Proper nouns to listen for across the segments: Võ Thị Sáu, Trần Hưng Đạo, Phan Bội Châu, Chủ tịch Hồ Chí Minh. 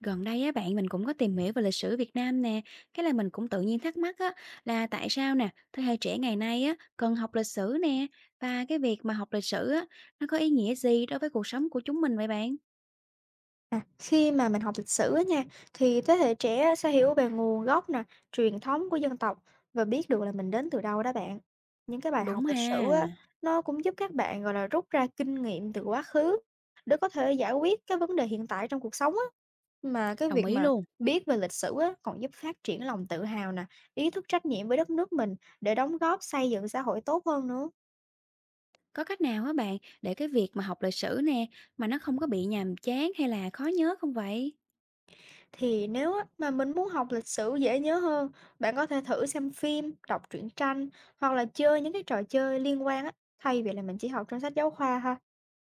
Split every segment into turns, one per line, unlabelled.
Gần đây á bạn, mình cũng có tìm hiểu về lịch sử Việt Nam nè, cái là mình cũng tự nhiên thắc mắc á, là tại sao nè, thế hệ trẻ ngày nay á cần học lịch sử nè, và cái việc mà học lịch sử á, nó có ý nghĩa gì đối với cuộc sống của chúng mình vậy bạn?
À, khi mà mình học lịch sử á nha, thì thế hệ trẻ á sẽ hiểu về nguồn gốc nè, truyền thống của dân tộc và biết được là mình đến từ đâu đó bạn. Những cái bài học
Đúng
lịch sử
ha,
á, nó cũng giúp các bạn gọi là rút ra kinh nghiệm từ quá khứ để có thể giải quyết cái vấn đề hiện tại trong cuộc sống á. Mà cái
đồng
việc
ý
mà
luôn.
biết về lịch sử á, còn giúp phát triển lòng tự hào nè, ý thức trách nhiệm với đất nước mình để đóng góp xây dựng xã hội tốt hơn nữa.
Có cách nào á bạn, để cái việc mà học lịch sử nè mà nó không có bị nhàm chán hay là khó nhớ không vậy?
Thì nếu á, mà mình muốn học lịch sử dễ nhớ hơn, bạn có thể thử xem phim, đọc truyện tranh hoặc là chơi những cái trò chơi liên quan á, thay vì là mình chỉ học trong sách giáo khoa ha.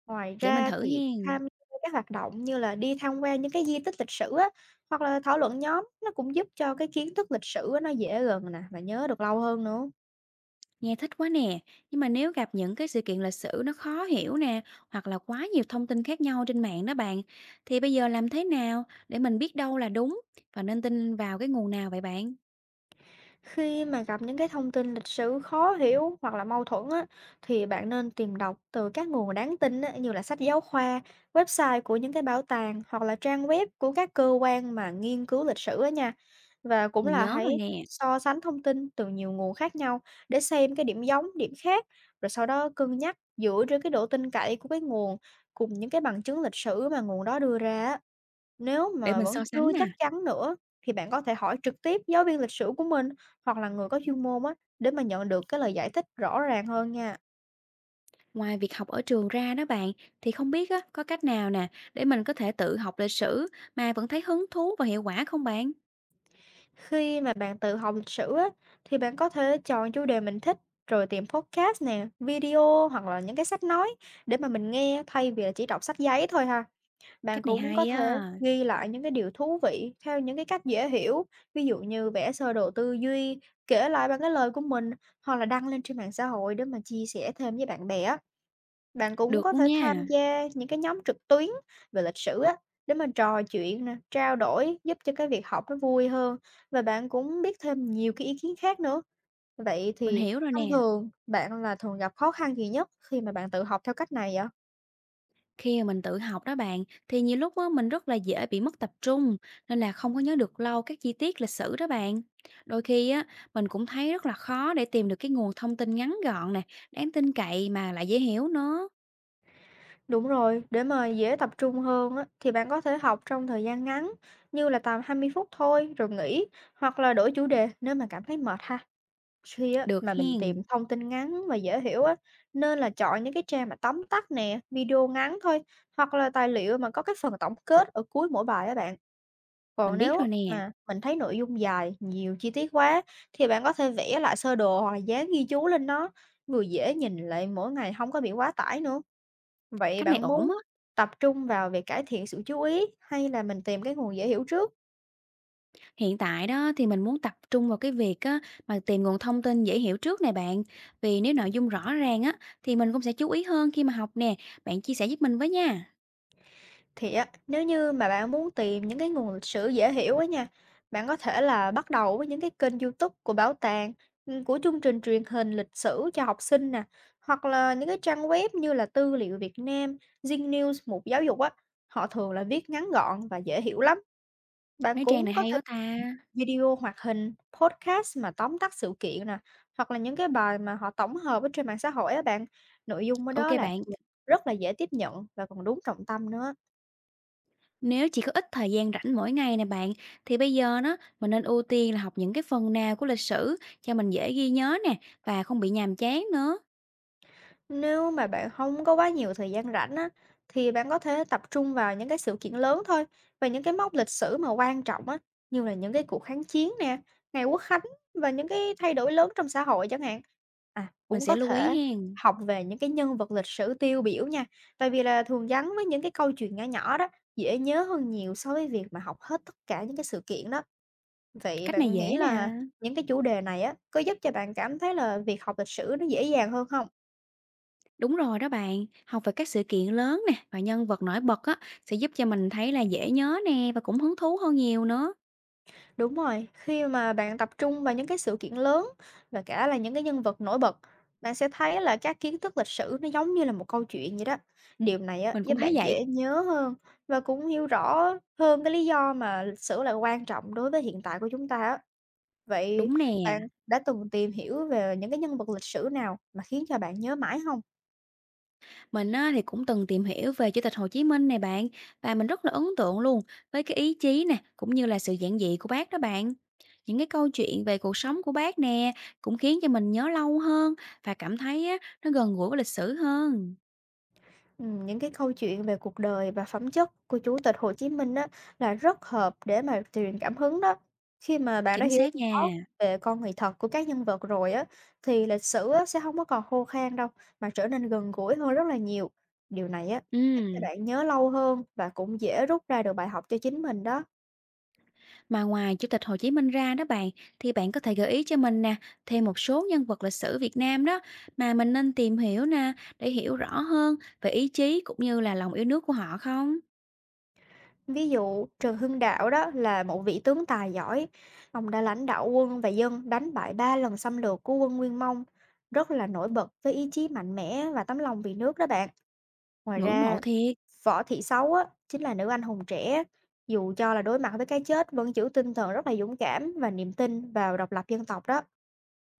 Ngoài
Để mình
ra
thử
thì
hen.
tham gia các hoạt động như là đi tham quan những cái di tích lịch sử á, hoặc là thảo luận nhóm nó cũng giúp cho cái kiến thức lịch sử á, nó dễ gần nè và nhớ được lâu hơn nữa.
Nghe thích quá nè, nhưng mà nếu gặp những cái sự kiện lịch sử nó khó hiểu nè, hoặc là quá nhiều thông tin khác nhau trên mạng đó bạn, thì bây giờ làm thế nào để mình biết đâu là đúng và nên tin vào cái nguồn nào vậy bạn?
Khi mà gặp những cái thông tin lịch sử khó hiểu hoặc là mâu thuẫn á, thì bạn nên tìm đọc từ các nguồn đáng tin á, như là sách giáo khoa, website của những cái bảo tàng hoặc là trang web của các cơ quan mà nghiên cứu lịch sử á nha. Và cũng
Mình
là
nhớ rồi
hãy
nè,
so sánh thông tin từ nhiều nguồn khác nhau để xem cái điểm giống, điểm khác, rồi sau đó cân nhắc dựa trên cái độ tin cậy của cái nguồn cùng những cái bằng chứng lịch sử mà nguồn đó đưa ra á. Nếu
để
mà
mình so
vẫn
sánh
chưa
nè.
chắc chắn nữa thì bạn có thể hỏi trực tiếp giáo viên lịch sử của mình hoặc là người có chuyên môn á để mà nhận được cái lời giải thích rõ ràng hơn nha.
Ngoài việc học ở trường ra đó bạn, thì không biết á, có cách nào nè để mình có thể tự học lịch sử mà vẫn thấy hứng thú và hiệu quả không bạn?
Khi mà bạn tự học lịch sử á thì bạn có thể chọn chủ đề mình thích rồi tìm podcast nè, video hoặc là những cái sách nói để mà mình nghe thay vì là chỉ đọc sách giấy thôi ha. Bạn
Cách này
cũng có
hay
thể
á,
ghi lại những cái điều thú vị theo những cái cách dễ hiểu, ví dụ như vẽ sơ đồ tư duy, kể lại bằng cái lời của mình hoặc là đăng lên trên mạng xã hội để mà chia sẻ thêm với bạn bè á. Bạn cũng
được
có
luôn
thể tham
nha,
gia những cái nhóm trực tuyến về lịch sử á để mà trò chuyện nè, trao đổi giúp cho cái việc học nó vui hơn và bạn cũng biết thêm nhiều cái ý kiến khác nữa. Vậy
mình
thì
hiểu rồi
thông
nè.
thường bạn là thường gặp khó khăn gì nhất khi mà bạn tự học theo cách này vậy?
Khi mà mình tự học đó bạn, thì nhiều lúc á, mình rất là dễ bị mất tập trung, nên là không có nhớ được lâu các chi tiết lịch sử đó bạn. Đôi khi á, mình cũng thấy rất là khó để tìm được cái nguồn thông tin ngắn gọn nè, đáng tin cậy mà lại dễ hiểu nữa.
Đúng rồi, để mà dễ tập trung hơn á, thì bạn có thể học trong thời gian ngắn như là tầm 20 phút thôi rồi nghỉ hoặc là đổi chủ đề nếu mà cảm thấy mệt ha. Khi á,
Được
mà mình tìm
hen,
thông tin ngắn và dễ hiểu á, nên là chọn những cái trang mà tóm tắt nè, video ngắn thôi hoặc là tài liệu mà có cái phần tổng kết ở cuối mỗi bài á bạn. Còn
mình biết
nếu
rồi nè,
mà mình thấy nội dung dài, nhiều chi tiết quá thì bạn có thể vẽ lại sơ đồ hoặc là dán ghi chú lên nó, vừa dễ nhìn lại mỗi ngày không có bị quá tải nữa. Vậy
cách này
bạn
ổn
muốn
á.
tập trung vào việc cải thiện sự chú ý hay là mình tìm cái nguồn dễ hiểu trước?
Hiện tại đó thì mình muốn tập trung vào cái việc á, mà tìm nguồn thông tin dễ hiểu trước nè bạn. Vì nếu nội dung rõ ràng á, thì mình cũng sẽ chú ý hơn khi mà học nè. Bạn chia sẻ giúp mình với nha.
Thì á, nếu như mà bạn muốn tìm những cái nguồn lịch sử dễ hiểu á nha, bạn có thể là bắt đầu với những cái kênh YouTube của bảo tàng, của chương trình truyền hình lịch sử cho học sinh nè, hoặc là những cái trang web như là Tư liệu Việt Nam, Zing News, Mục Giáo dục á, họ thường là viết ngắn gọn và dễ hiểu lắm. Bạn
Mấy trang
cũng
này
có
hay quá ta.
video hoạt hình, podcast mà tóm tắt sự kiện nè, hoặc là những cái bài mà họ tổng hợp ở trên mạng xã hội á bạn, nội dung ở
Ok
đó là
bạn.
thường rất là dễ tiếp nhận và còn đúng trọng tâm nữa.
Nếu chỉ có ít thời gian rảnh mỗi ngày nè bạn, thì bây giờ đó mình nên ưu tiên là học những cái phần nào của lịch sử cho mình dễ ghi nhớ nè, và không bị nhàm chán nữa.
Nếu mà bạn không có quá nhiều thời gian rảnh á, thì bạn có thể tập trung vào những cái sự kiện lớn thôi, và những cái mốc lịch sử mà quan trọng á, như là những cái cuộc kháng chiến nè, ngày quốc khánh và những cái thay đổi lớn trong xã hội chẳng hạn. À,
Mình
cũng
sẽ
có
lưu ý
thể
hen.
học về những cái nhân vật lịch sử tiêu biểu nha, tại vì là thường gắn với những cái câu chuyện nhỏ nhỏ đó, dễ nhớ hơn nhiều so với việc mà học hết tất cả những cái sự kiện đó. Vậy
Cách này
bạn nghĩ
dễ nè.
là những cái chủ đề này á, có giúp cho bạn cảm thấy là việc học lịch sử nó dễ dàng hơn không?
Đúng rồi đó bạn, học về các sự kiện lớn nè và nhân vật nổi bật á, sẽ giúp cho mình thấy là dễ nhớ nè và cũng hứng thú hơn nhiều nữa.
Đúng rồi, khi mà bạn tập trung vào những cái sự kiện lớn và cả là những cái nhân vật nổi bật, bạn sẽ thấy là các kiến thức lịch sử nó giống như là một câu chuyện vậy đó. Điều này á,
Mình
giúp
cũng thấy
bạn
vậy.
dễ nhớ hơn và cũng hiểu rõ hơn cái lý do mà lịch sử lại quan trọng đối với hiện tại của chúng ta á. Vậy
Đúng nè.
bạn đã từng tìm hiểu về những cái nhân vật lịch sử nào mà khiến cho bạn nhớ mãi không?
Mình á, thì cũng từng tìm hiểu về Chủ tịch Hồ Chí Minh này bạn, và mình rất là ấn tượng luôn với cái ý chí nè, cũng như là sự giản dị của bác đó bạn. Những cái câu chuyện về cuộc sống của bác nè cũng khiến cho mình nhớ lâu hơn, và cảm thấy á, nó gần gũi với lịch sử hơn.
Những cái câu chuyện về cuộc đời và phẩm chất của Chủ tịch Hồ Chí Minh á, là rất hợp để mà truyền cảm hứng đó. Khi mà bạn đã
Chính
hiểu
xác
rõ
nha.
về con người thật của các nhân vật rồi á, thì lịch sử á, sẽ không có còn khô khan đâu, mà trở nên gần gũi hơn rất là nhiều. Điều này á, giúp cho
Ừm,
bạn nhớ lâu hơn và cũng dễ rút ra được bài học cho chính mình đó.
Mà ngoài Chủ tịch Hồ Chí Minh ra đó bạn, thì bạn có thể gợi ý cho mình nè, thêm một số nhân vật lịch sử Việt Nam đó mà mình nên tìm hiểu nè, để hiểu rõ hơn về ý chí cũng như là lòng yêu nước của họ không?
Ví dụ Trần Hưng Đạo đó là một vị tướng tài giỏi, ông đã lãnh đạo quân và dân đánh bại ba lần xâm lược của quân Nguyên Mông, rất là nổi bật với ý chí mạnh mẽ và tấm lòng vì nước đó bạn. Ngoài
Ngưỡng mộ
ra,
thiệt.
Võ Thị Sáu á, chính là nữ anh hùng trẻ, dù cho là đối mặt với cái chết vẫn giữ tinh thần rất là dũng cảm và niềm tin vào độc lập dân tộc đó.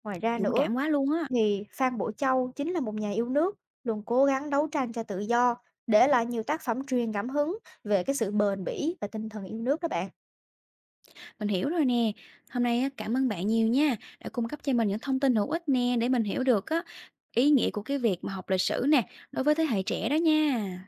Ngoài ra
Dũng
nữa,
cảm quá luôn á,
thì Phan Bội Châu chính là một nhà yêu nước, luôn cố gắng đấu tranh cho tự do, để lại nhiều tác phẩm truyền cảm hứng về cái sự bền bỉ và tinh thần yêu nước đó bạn.
mình hiểu rồi nè. Hôm nay á, cảm ơn bạn nhiều nha, đã cung cấp cho mình những thông tin hữu ích nè, để mình hiểu được á, ý nghĩa của cái việc mà học lịch sử nè, đối với thế hệ trẻ đó nha.